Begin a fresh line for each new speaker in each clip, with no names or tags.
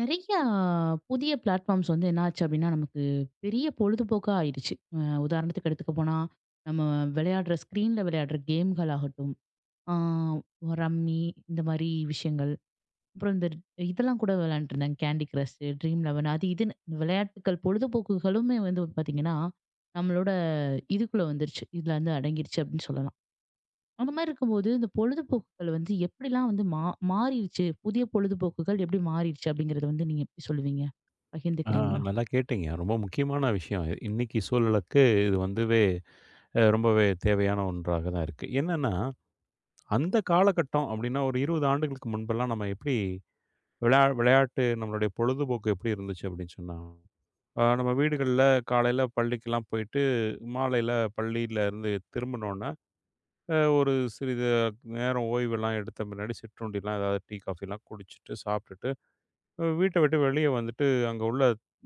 நிறையா புதிய பிளாட்ஃபார்ம்ஸ் வந்து என்னாச்சு அப்படின்னா, நமக்கு பெரிய பொழுதுபோக்கா ஆயிடுச்சு. உதாரணத்துக்கு எடுத்துக்க போனா, நம்ம விளையாடுற ஸ்க்ரீன்ல விளையாடுற கேம்கள் ஆகட்டும், ஆ ரம்மி இந்த மாரி விஷயங்கள். அப்புறம் இதெல்லாம் கூட விளையாண்டுருந்தாங்க. கேண்டி கிரஷ், ட்ரீம் லெவன் அது இதுன்னு விளையாட்டுக்கள் பொழுதுபோக்குகளுமே வந்து பாத்தீங்கன்னா, நம்மளோட இதுக்குள்ள வந்துருச்சு. இதுல வந்து அடங்கிருச்சு அப்படின்னு சொல்லலாம். அந்த மாதிரி இருக்கும்போது, இந்த பொழுதுபோக்குகள் வந்து எப்படிலாம் வந்து மாறிருச்சு? புதிய பொழுதுபோக்குகள் எப்படி மாறிருச்சு? அப்படிங்கிறத வந்து நீங்க எப்படி சொல்லுவீங்க?
ஆ,
பகிர்ந்துக்கிறீங்களா?
நல்லா கேட்டீங்க. ரொம்ப முக்கியமான விஷயம். இன்னைக்கு சூழலுக்கு இது வந்துவே ரொம்பவே தேவையான ஒன்றாக தான் இருக்கு. என்னன்னா, அந்த காலகட்டம் அப்படின்னா, ஒரு 20 ஆண்டுகளுக்கு முன்பெல்லாம் நம்ம எப்படி விளையாட்டு நம்மளுடைய பொழுதுபோக்கு எப்படி இருந்துச்சு அப்படின்னு சொன்னா, நம்ம வீடுகள்ல காலையில பள்ளிக்கெல்லாம் போயிட்டு, மாலையில பள்ளியிலருந்து திரும்பினோன்ன, ஒரு சிறிது நேரம் ஓய்வெல்லாம் எடுத்த பின்னாடி சிற்றுண்டிலாம், ஏதாவது டீ, காஃபிலாம் குடிச்சிட்டு, சாப்பிட்டுட்டு வீட்ட விட்டு வெளிய வந்துட்டு, அங்க உள்ள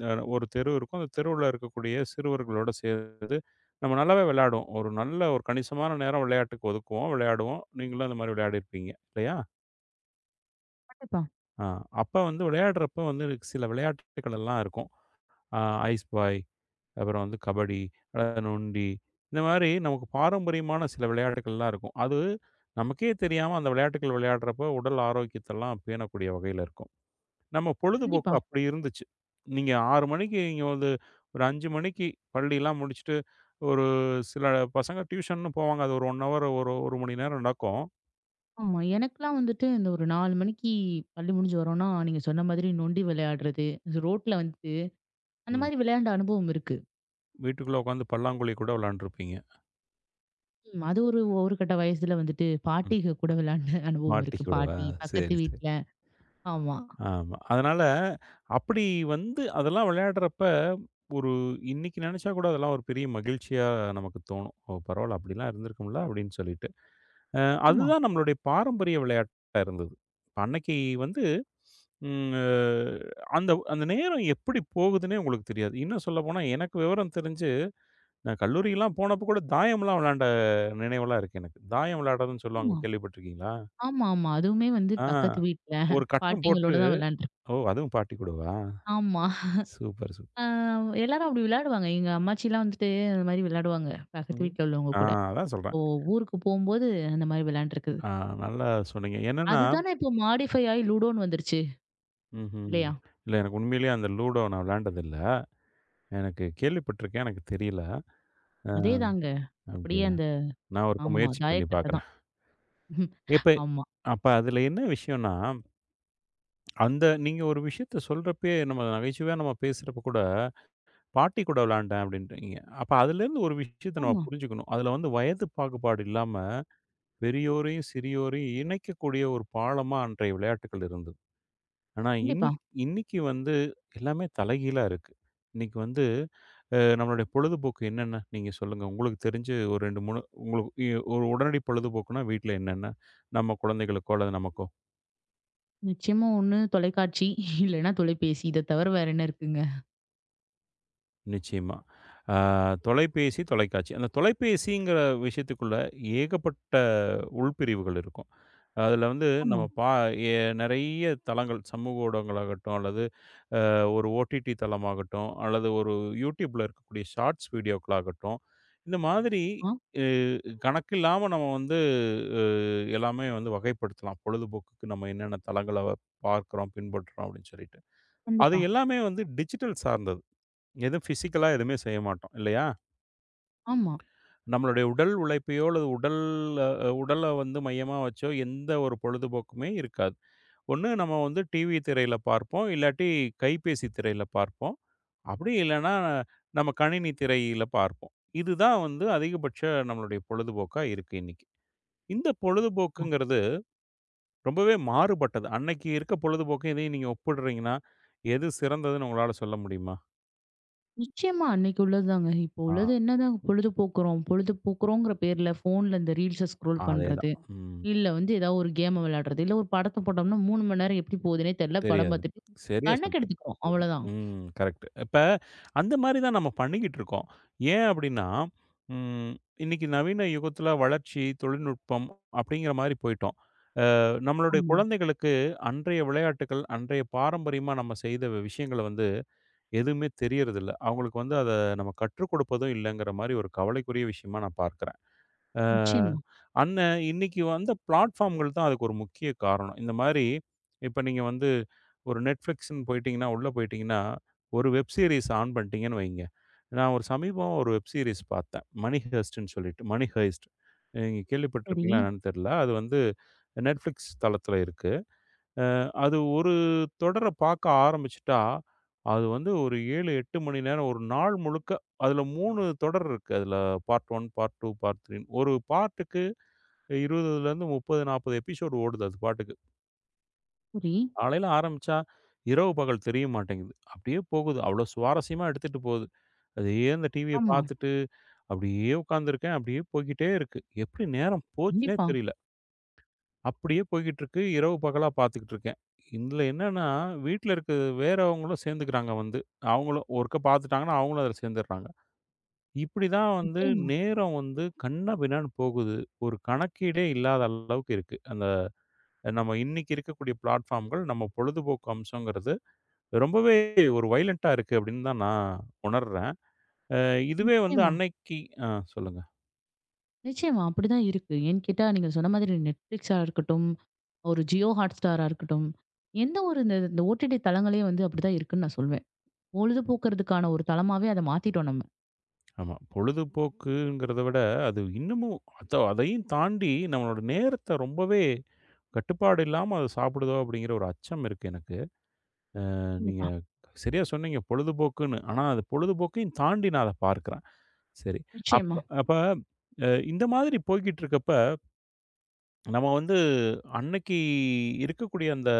ஒரு தெரு இருக்கும். அந்த தெருவுல இருக்கக்கூடிய சிறுவர்களோட சேர்ந்து, நம்ம நல்லாவே விளையாடுவோம். ஒரு நல்ல ஒரு கணிசமான நேரம் விளையாட்டுக்கு ஒதுக்குவோம். விளையாடுவோம். நீங்களும் அந்த மாரி விளையாடியிருப்பீங்க. இல்லையா?
கண்டிப்பா.
ஆ. அப்ப வந்து விளையாடுறப்ப வந்து எனக்கு சில விளையாட்டுகள் எல்லாம் இருக்கும். அ ஐஸ் பாய், அப்புறம் வந்து கபடி, நொண்டி இந்த மாரி நமக்கு பாரம்பரியமான சில விளையாட்டுகள்லாம் இருக்கும். அது நமக்கே தெரியாம அந்த விளையாட்டுகள் விளையாடுறப்போ, உடல் ஆரோக்கியத்தெல்லாம் பேணக்கூடிய வகையில இருக்கும். நம்ம பொழுதுபோக்கு
கண்டிப்பா.
அப்படி இருந்துச்சு. நீங்க 6 மணிக்கு இங்க வந்து ஒரு 5 மணிக்கு பள்ளிலாம் முடிச்சுட்டு, ஒரு சில பசங்க டியூஷன்னு போவாங்க. அது ஒரு 1 ஹவர் ஒரு 1 மணி நேரம் நடக்கும்.
ஆமா. எனக்கெல்லாம் வந்துட்டு இந்த ஒரு 4 மணிக்கு பள்ளி முடிஞ்சு வரோம்னா, நீங்க சொன்ன மாதிரி நொண்டி விளையாடுறது, ரோட்ல வந்து அந்த
ம்.
மாதிரி விளையாண்ட அனுபவம் இருக்கு.
வீட்டுக்குள்ள உட்காந்து பல்லாங்குழி கூட விளையாண்டுருப்பீங்க.
ம். அது ஒரு ஒரு கட்ட வயசுல வந்துட்டு
ம்.
பாட்டிக கூட விளையாண்ட அனுபவம் இருக்கு.
மாட்டிக்கூடவா?
பாட்டி,
சரி,
பக்கத்து
சரி.
வீட்ல. ஆமா.
ஆமா. அதனால அப்படி வந்து அதெல்லாம் விளையாடுறப்ப, ஒரு இன்னைக்கு நெனச்சா கூட அதெல்லாம் ஒரு பெரிய மகிழ்ச்சியா நமக்கு தோணும். ஓ! பரவால்ல அப்படிலாம் இருந்திருக்கும்ல அப்படின்னு சொல்லிட்டு. அ
ஆமா,
அதுதான் நம்மளுடைய பாரம்பரிய விளையாட்டா இருந்தது. இப்ப அன்னைக்கு வந்து ம் அ அந்த அந்த நேரம் எப்படி போகுதுன்னே உங்களுக்கு தெரியாது. இன்னும் சொல்லப்போனா எனக்கு விவரம் தெரிஞ்சு, நான் கல்லூரிலாம் போனப்போ கூட தாயம்லாம் விளையாண்ட நினைவெல்லாம் இருக்கு எனக்கு. தாயம் விளையாடுறதுன்னு
ஆமா.
சொல்லுவாங்க கேள்விப்பட்டுருக்கீங்களா?
ஆமாமா. அதுவுமே வந்து
ஆ,
பக்கத்து வீட்ல,
ஒரு கட்டம்
பாட்டிங்களோட
போட்டு
தான் விளையாண்டுருக்கேன்.
ஓ! அதுவும் பாட்டி கூடவா?
ஆமா.
Super, super.
ஆ எல்லாரும் அப்படி விளையாடுவாங்க. எங்க அம்மாச்சிலாம் வந்துட்டு அந்த மாரி விளையாடுவாங்க. பக்கத்து
ம்.
வீட்ல உள்ளவங்க
ஆ,
கூட.
அதான் சொல்றேன்.
இப்போ ஊருக்கு போம்போது அந்த மாரி விளையாண்டுருக்குது.
ஆ, நல்லா சொன்னீங்க. என்னன்னா
அதுதானே இப்போ மாடிஃபை ஆயி லூடோன்னு வந்துருச்சு.
ம்ஹ்ம்.
இல்லையா?
இல்ல, எனக்கு உண்மையிலேயே அந்த லூடோ நான் விளையாண்டது இல்ல. எனக்கு கேள்விப்பட்டுருக்கேன். எனக்கு தெரியல. அ
அதேதாங்க. அப்படியே
அப்படியா?
அந்த
நான் ஒருக்க
ஆமா.
முயற்சி பண்ணி
தாயக்கட்ட
பார்க்குறேன்.
தான்.
இப்ப
ஆமா.
அப்ப அதுல என்ன விஷயம்ன்னா, அந்த நீங்க ஒரு விஷயத்த சொல்றப்பயே நம்ம நகைச்சுவையா நம்ம பேசுறப்ப கூட, "பாட்டி கூட விளையாண்டேன்" அப்படின்றீங்க. அப்ப அதுலேருந்து ஒரு விஷயத்த நம்ம
ஆமா.
புரிஞ்சுக்கணும். அதுல வந்து வயது பாகுபாடு இல்லாம, பெரியோரையும், சிறியோரையும் இணைக்கக்கூடிய ஒரு பாலமா அன்றைய விளையாட்டுகள் இருந்தது. ஆனா
கண்டிப்பா.
இன்னைக்கு வந்து எல்லாமே தலைகீழா இருக்கு. இன்னைக்கு வந்து நம்மளுடைய பொழுதுபோக்கு என்னென்ன? நீங்க சொல்லுங்க. உங்களுக்கு தெரிஞ்சு ஒரு 2, 3 உங்களுக்கு ஒரு உடனடி பொழுதுபோக்குன்னா வீட்ல என்னென்ன? நம்ம குழந்தைகளுக்கோ அல்லது நமக்கோ?
நிச்சயமா ஒண்ணு தொலைக்காட்சி, இல்லன்னா தொலைபேசி. இத தவிர வேற என்ன இருக்குங்க?
நிச்சயமா. ஆ, தொலைபேசி, தொலைக்காட்சி. அந்த தொலைபேசிங்கிற விஷயத்துக்குள்ள ஏகப்பட்ட உள்பிரிவுகள் இருக்கும். அதுல வந்து
ஆமா.
நம்ம பா எ நெறைய தளங்கள் சமூக ஊடகங்களாகட்டும், அல்லது ஒரு ஓடிடி தளமாகட்டும், அல்லது ஒரு YouTubeல இருக்கக்கூடிய ஷார்ட்ஸ் வீடியோக்களாகட்டும், இந்த மாதிரி
ஆ
அ கணக்கில்லாம நம்ம வந்து அ எல்லாமே வந்து வகைப்படுத்தலாம். பொழுதுபோக்குக்கு நம்ம என்னென்ன தளங்கள பார்க்குறோம், பின்பற்றுறோம் அப்படின்னு சொல்லிட்டு. அது
கண்டிப்பா.
எல்லாமே வந்து டிஜிட்டல் சார்ந்தது. எதுவும் ஃபிசிக்கலா எதுவுமே செய்ய மாட்டோம் இல்லையா?
ஆமா.
நம்மளுடைய உடல் உழைப்பையோ அல்லது உடல் அ உடல வந்து மையமா வச்சோ எந்த ஒரு பொழுதுபோக்குமே இருக்காது. ஒண்ணு நம்ம வந்து டிவி திரையில பார்ப்போம். இல்லாட்டி கைபேசி திரையில பார்ப்போம். அப்படி இல்லன்னா நம்ம கணினி திரையில பார்ப்போம். இதுதான் வந்து அதிகபட்ச நம்மளுடைய பொழுதுபோக்கா இருக்கு இன்னைக்கு. இந்த
ஆ.
பொழுதுபோக்குங்கிறது ரொம்பவே மாறுபட்டது. அன்னைக்கு இருக்க பொழுதுபோக்கும் இதையும் நீங்க ஒப்பிடுறீங்கன்னா, எது சிறந்ததுன்னு உங்களால சொல்ல முடியுமா?
நிச்சயமா அன்னைக்கு உள்ளதுதாங்க. இப்போ
ஆ,
உள்ளது என்னதான் பொழுது போக்குறோம். பொழுது போக்குறோங்கிற பேர்ல ஃபோன்ல இந்த ரீல்ஸ ஸ்க்ரோல்
அதேதான்.
பண்றது.
ம்,
இல்ல வந்து ஏதாவது ஒரு கேம விளையாடுறது. இல்ல ஒரு படத்த போட்டோம்னா 3 மணி நேரம் எப்படி போகுதுன்னே தெரியல. படம்
தெரியாது.
பார்த்துட்டு
சரியா
கண்ண
சொன்னீங்க.
கெடுத்துக்கிறோம். அவ்வளதான்.
ம். கரெக்ட். இப்ப அந்த மாரி தான் நம்ம பண்ணிக்கிட்டு இருக்கோம். ஏன் அப்டின்னா, ம் இன்னைக்கு நவீன யுகத்துல வளர்ச்சி, தொழில்நுட்பம் அப்டிங்கிற மாரி போயிட்டோம். நம்மளுடைய
ஆமா.
குழந்தைகளுக்கு அன்றைய விளையாட்டுக்கள், அன்றைய பாரம்பரியமா நம்ம செய்த விஷயங்கள வந்து எதுவுமே தெரியறதில்ல. அவங்களுக்கு வந்து அத நம்ம கற்றுக் கொடுப்பதும் இல்லங்கிற மாரி ஒரு கவலைக்குரிய விஷயமா நான் பார்க்கிறேன். அ
நிச்சயமா.
அண்ணன் இன்னைக்கு வந்த பிளாட்ஃபார்ம்கள் தான் அதுக்கு ஒரு முக்கிய காரணம். இந்த மாரி இப்ப நீங்க வந்து ஒரு Netflixன்னு போயிட்டீங்கன்னா, உள்ள போயிட்டீங்கன்னா, ஒரு வெப் சீரிஸ் ஆன் பண்ணிட்டீங்கன்னு வைங்க. நான் ஒரு சமீபம் ஒரு வெப் சீரிஸ் பார்த்தேன். மணி ஹெய்ஸ்ட்ன்னு சொல்லிட்டு. Money heist. நீங்க
சரி,
கேள்விப்பட்டிருப்பீங்களா என்னன்னு தெரியல. அது வந்து Netflix தளத்தில இருக்கு. அது ஒரு தொடர பார்க்க ஆரம்பிச்சுட்டா, அது வந்து ஒரு 7, 8 மணி நேரம் ஒரு நாள் முழுக்க அதில 3 தொடர் இருக்கு. அதில பார்ட் 1, பார்ட் 2, பார்ட் 3 ன்னு. ஒரு பார்ட்டுக்கு 20லேருந்து 30, 40 எபிசோடு ஓடுது அது பாட்டுக்கு.
சரி.
காலையில ஆரம்பிச்சா, இரவு பகல் தெரிய மாட்டேங்குது. அப்படியே போகுது. அவ்வளோ சுவாரஸ்யமா எடுத்துட்டு போகுது. அதையே அந்த டிவிய
ஆமா.
பார்த்துட்டு, அப்படியே உட்காந்துருக்கேன். அப்படியே போய்க்கிட்டே இருக்கு. எப்படி நேரம் போச்சுன்னே
கண்டிப்பா.
தெரியல. அப்படியே போய்க்கிட்டுருக்கு. இரவு பகலா பார்த்துக்கிட்டு இருக்கேன். இதுல என்னன்னா, வீட்ல இருக்க வேறவங்களும் சேர்ந்துக்கிறாங்க வந்து. அவங்களும் ஒருக்கா பார்த்துட்டாங்கன்னா, அவங்களும் அதுல சேர்ந்துடுறாங்க. இப்படிதான் வந்து
நிச்சயமா,
நேரம் வந்து கன்னா பின்னான்னு போகுது. ஒரு கணக்கீடே இல்லாத அளவுக்கு இருக்கு. அந்த நம்ம இன்னைக்கு இருக்கக்கூடிய பிளாட்ஃபார்ம்கள் நம்ம பொழுதுபோக்கு அம்சங்கிறது ரொம்பவே ஒரு வயலண்ட்டா இருக்கு அப்படின்னு தான் நான் உணர்றேன். அ இதுவே வந்து
நிச்சயமா,
அன்னைக்கு ஆ, சொல்லுங்க.
நிச்சயமா. அப்படிதான் இருக்கு. ஏன்னு கேட்டா நீங்க சொன்ன மாதிரி Netflixஆ இருக்கட்டும், ஒரு Jio Hotstarஆ இருக்கட்டும். எந்த ஒரு இந்த இந்த ஓடிடி தளங்களே வந்து அப்படிதான் இருக்குன்னு நான் சொல்வேன். பொழுதுபோக்குறதுக்கான ஒரு தளமாவே அத மாத்திட்டோம் நம்ம.
ஆமா. பொழுதுபோக்குங்கிறத விட அது இன்னமும் அத அதையும் தாண்டி நம்மளோட நேரத்த ரொம்பவே கட்டுப்பாடு இல்லாம அது சாப்பிடுதோ அப்படிங்கிற ஒரு அச்சம் இருக்கு எனக்கு. நீங்க
கண்டிப்பா.
சரியா சொன்னீங்க பொழுதுபோக்குன்னு. ஆனா அது பொழுதுபோக்கையும் தாண்டி நான் அத பார்க்கிறேன். சரி.
நிச்சயமா.
அப்ப அப்ப இந்த மாதிரி போய்க்கிட்டு இருக்கப்ப நம்ம வந்து அன்னைக்கு இருக்கக்கூடிய அந்த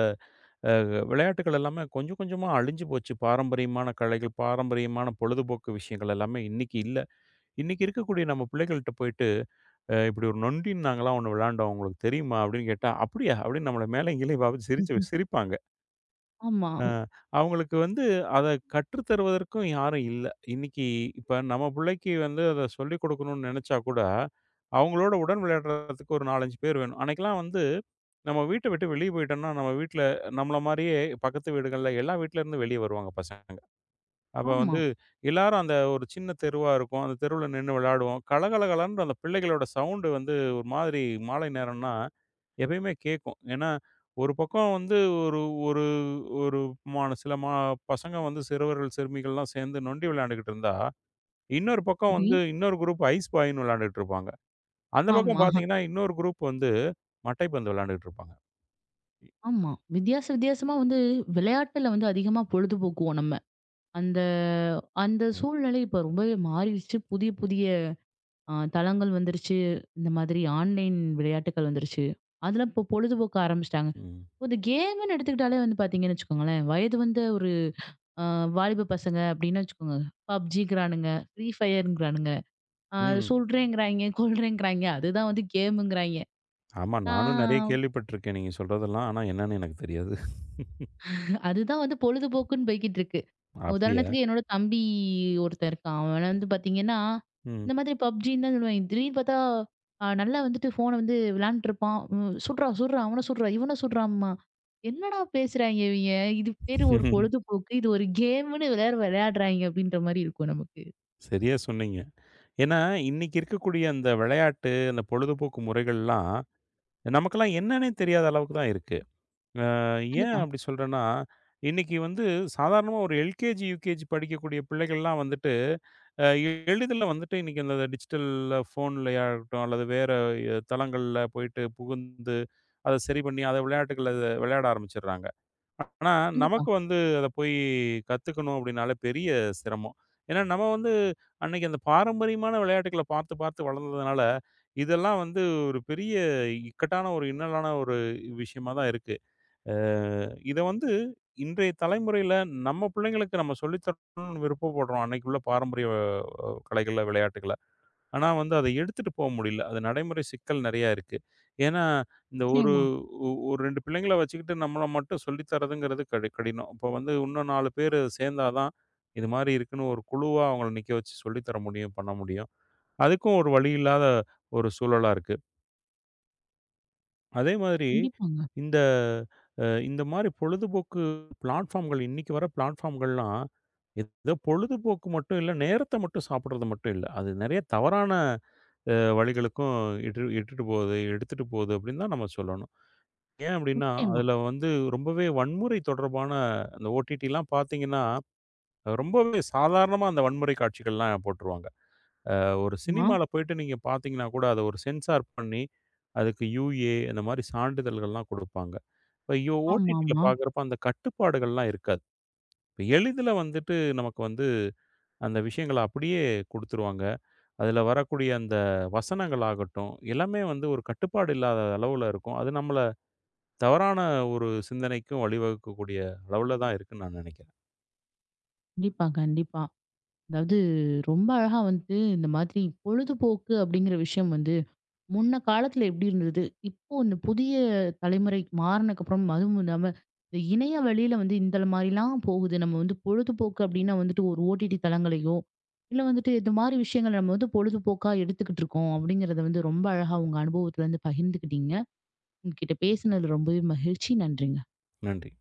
அ விளையாட்டுகள் எல்லாமே கொஞ்சம் கொஞ்சமா அழிஞ்சு போச்சு. பாரம்பரியமான கலைகள், பாரம்பரியமான பொழுதுபோக்கு விஷயங்கள் எல்லாமே இன்னைக்கு இல்ல. இன்னைக்கு இருக்கக்கூடிய நம்ம பிள்ளைகள்ட்ட போயிட்டு, இப்படி ஒரு நொண்டின்னு நாங்கலாம் ஒண்ணு விளையாண்டோம். உங்களுக்கு தெரியுமா?" அப்படின்னு கேட்டா, "அப்படியா?" அப்படின்னு நம்மள மேலேயும் கீழயும் பாத்து சிரிச்சு
ம்ஹும்.
சிரிப்பாங்க.
ஆமா,
அ அவங்களுக்கு வந்து அத கற்று தருவதற்கும் யாரும் இல்ல. இன்னைக்கு இப்ப நம்ம பிள்ளைக்கு வந்து அத சொல்லிக் குடுக்கணும்னு நெனச்சா கூட, அவங்களோட உடன் விளையாடுறதுக்கு ஒரு 4, 5 பேர் வேணும். அன்னைக்கெல்லாம் வந்து நம்ம வீட்ட விட்டு வெளிய போயிட்டோம்னா, நம்ம வீட்ல நம்மள மாரியே பக்கத்து வீடுகள்ல எல்லா வீட்ல இருந்தும் வெளிய வருவாங்க பசங்க. அப்ப
ஆமா.
வந்து எல்லாரும் அந்த ஒரு சின்ன தெருவா இருக்கும். அந்த தெருவுல நின்னு விளையாடுவோம். கலகலகலன்னு அந்த பிள்ளைகளோட சவுண்டு வந்து ஒரு மாதிரி மாலை நேரம்னா எப்பயுமே கேட்கும். ஏன்னா, ஒரு பக்கம் வந்து ஒரு ஒரு ஒரு மான சில மா பசங்க வந்து சிறுவர்கள், சிறுமிகள்லாம் சேர்ந்து நொண்டி விளையாண்டுக்கிட்டு இருந்தா, இன்னொரு பக்கம்
சரி.
வந்து இன்னொரு குரூப் ஐஸ் பாய்ன்னு விளையாண்டுட்டு இருப்பாங்க. அந்த பக்கம்
ஆமா.
பார்த்தீங்கன்னா, இன்னொரு குரூப் வந்து மட்டைப்பந்து விளையாண்டுட்டு இருப்பாங்க.
ஆமா. வித்தியாச வித்தியாசமா வந்து விளையாட்டுல வந்து அதிகமா பொழுதுபோக்குவோம் நம்ம. அந்த அந்த
ம்.
சூழ்நிலை இப்ப ரொம்பவே மாறிடுச்சு. புதிய புதிய தளங்கள் வந்துருச்சு. இந்த மாதிரி ஆன்லைன் விளையாட்டுக்கள் வந்துருச்சு. அதுல இப்போ பொழுதுபோக்க ஆரம்பிச்சுட்டாங்க.
ம்.
இந்த கேம்ன்னு எடுத்துக்கிட்டாலே வந்து பார்த்தீங்கன்னு வச்சுக்கோங்களேன், வயது வந்த ஒரு அ வாலிப பசங்க அப்டின்னு வச்சுக்கோங்க. பப்ஜிங்கிறானுங்க, ஃப்ரீ ஃபயர்ங்கிறானுங்க, அ
ம்.
சுடுறேங்கிறாய்ங்க, கொல்றேங்கிறாய்ங்க. அதுதான் வந்து கேமுங்கிறாய்ங்க.
ஆமா.
ஆ
நானும் நெறைய கேள்விப்பட்டுருக்கேன் நீங்க சொல்றதெல்லாம். ஆனா என்னன்னு எனக்கு தெரியாது.
அதுதான் வந்து பொழுதுபோக்குன்னு போய்க்கிட்டு இருக்கு.
அப்படியா?
உதாரணத்துக்கு என்னோட தம்பி ஒருத்தன் இருக்கான். அவன் வந்து பார்த்தீங்கன்னா,
ம்.
இந்த மாதிரி பப்ஜின்னு தான் சொல்லுவேன். திடீர்னு பார்த்தா, நல்லா வந்துட்டு ஃபோன வந்து விளையாண்டுட்டு இருப்பான். சுட்றா, சுட்றா அவன சுட்றா, இவன சுட்றாம்மா. என்னடா பேசுறாய்ங்க இவய்ங்க? இது பேரு ஒரு பொழுதுபோக்கு. இது ஒரு கேம்ன்னு எல்லாரும் விளையாடுறாய்ங்க அப்டின்ற மாரி இருக்கும் நமக்கு.
சரியா சொன்னீங்க. ஏன்னா, இன்னைக்கு இருக்கக்கூடிய அந்த விளையாட்டு, அந்த பொழுதுபோக்கு முறைகள்லாம், நமக்கெல்லாம் என்னன்னே தெரியாத அளவுக்கு தான் இருக்கு. அ ஏன்
கண்டிப்பா,
அப்படி சொல்றேன்னா, இன்னைக்கு வந்து சாதாரணமா ஒரு எல்கேஜி, யுகேஜி படிக்கக்கூடிய பிள்ளைகள்லாம் வந்துட்டு, அ எளிதில வந்துட்டு இன்னைக்கு அந்த டிஜிட்டல்ல ஃபோன்லயா இருக்கட்டும், அல்லது வேற தளங்கள்ல போயிட்டு புகுந்து, அத சரி பண்ணி, அத விளையாட்டுகள விளையாட ஆரம்பிச்சுடுறாங்க. ஆனா,
கண்டிப்பா.
நமக்கு வந்து அத போய் கத்துக்கணும் அப்படின்னாலே பெரிய சிரமம். ஏன்னா, நம்ம வந்து அன்னைக்கு அந்த பாரம்பரியமான விளையாட்டுக்கள பார்த்து, பார்த்து வளர்ந்ததுனால, இதெல்லாம் வந்து ஒரு பெரிய இக்கட்டான ஒரு இன்னலான ஒரு விஷயமா தான் இருக்கு. அ இத வந்து இன்றைய தலைமுறையில நம்ம பிள்ளைங்களுக்கு நம்ம சொல்லி தரணும்னு விருப்பப்படுறோம். அன்னைக்கு உள்ள பாரம்பரிய கலைகள, விளையாட்டுகள. ஆனா வந்து அத எடுத்துட்டு போ முடியல. அது நடைமுறை சிக்கல் நெறையா இருக்கு. ஏன்னா, இந்த ஒரு
நிச்சயமா,
ஒரு 2 பிள்ளைங்கள வச்சுக்கிட்டு நம்மள மட்டும் சொல்லி தர்றதுங்கிறது கடினம். இப்ப வந்து இன்னும் 4 பேரு சேர்ந்தா தான், இது மாரி இருக்குன்னு ஒரு குழுவா அவங்கள நிக்க வச்சு சொல்லி தர முடியும், பண்ண முடியும். அதுக்கும் ஒரு வழி இல்லாத ஒரு சூழலா இருக்கு. அதே மாதிரி
கண்டிப்பாங்க.
இந்த இந்த மாரி பொழுதுபோக்கு பிளாட்ஃபார்ம்கள் இன்னைக்கு வர பிளாட்ஃபார்ம்கள்லாம், ஏதோ பொழுதுபோக்கு மட்டும் இல்ல, நேரத்த மட்டும் சாப்பிடுறது மட்டும் இல்ல. அது நெறைய தவறான வழிகளுக்கும் இட்டுட்டு போகுது, எடுத்துட்டு போகுது அப்படின்னு தான் நம்ம சொல்லணும். ஏன் அப்படின்னா,
நிச்சயமா.
அதில வந்து ரொம்பவே வன்முறை தொடர்பான அந்த ஓடிடிலாம் பார்த்தீங்கன்னா, ரொம்பவே சாதாரணமா அந்த வன்முறை காட்சிகள்லாம் போட்டுருவாங்க. ஒரு சினிமால போயிட்டு நீங்க பார்த்தீங்கன்னா கூட, அத ஒரு சென்சார் பண்ணி, அதுக்கு யுஏ அந்த மாரி சான்றிதழ்கள்லாம் குடுப்பாங்க. இப்ப
ஆமா,
ஓடிடில
ஆமாமா.
பார்க்குறப்ப அந்த கட்டுப்பாடுகள்லாம் இருக்காது. இப்ப எளிதில வந்துட்டு நமக்கு வந்து அந்த விஷயங்கள அப்படியே குடுத்துருவாங்க. அதில வரக்கூடிய அந்த வசனங்கள் ஆகட்டும், எல்லாமே வந்து ஒரு கட்டுப்பாடு இல்லாத அளவுல இருக்கும். அது நம்மள தவறான ஒரு சிந்தனைக்கும் வழிவகுக்கக்கூடிய அளவுல தான் இருக்குன்னு நான் நினைக்கிறேன்.
கண்டிப்பா, கண்டிப்பா. அதாவது ரொம்ப அழகா வந்து இந்த மாதிரி பொழுதுபோக்கு அப்டிங்கிற விஷயம் வந்து முன்ன காலத்துல எப்படி இருந்தது? இப்போ இந்த புதிய தலைமுறை மாறுனதுக்கு அப்புறம் அதுவும் இல்லாம இந்த இணைய வழியில வந்து இந்த மாரிலாம் போகுது. நம்ம வந்து பொழுதுபோக்கு அப்படின்னா வந்துட்டு ஒரு ஓடிடி தளங்களையோ, இல்ல வந்துட்டு இந்த மாரி விஷயங்கள நம்ம வந்து பொழுதுபோக்கா எடுத்துக்கிட்டு இருக்கோம் அப்படிங்கிறத வந்து ரொம்ப அழகா உங்க அனுபவத்துல இருந்து பகிர்ந்துக்கிட்டீங்க. உங்ககிட்ட பேசினது ரொம்பவே மகிழ்ச்சி. நன்றிங்க.
நன்றி.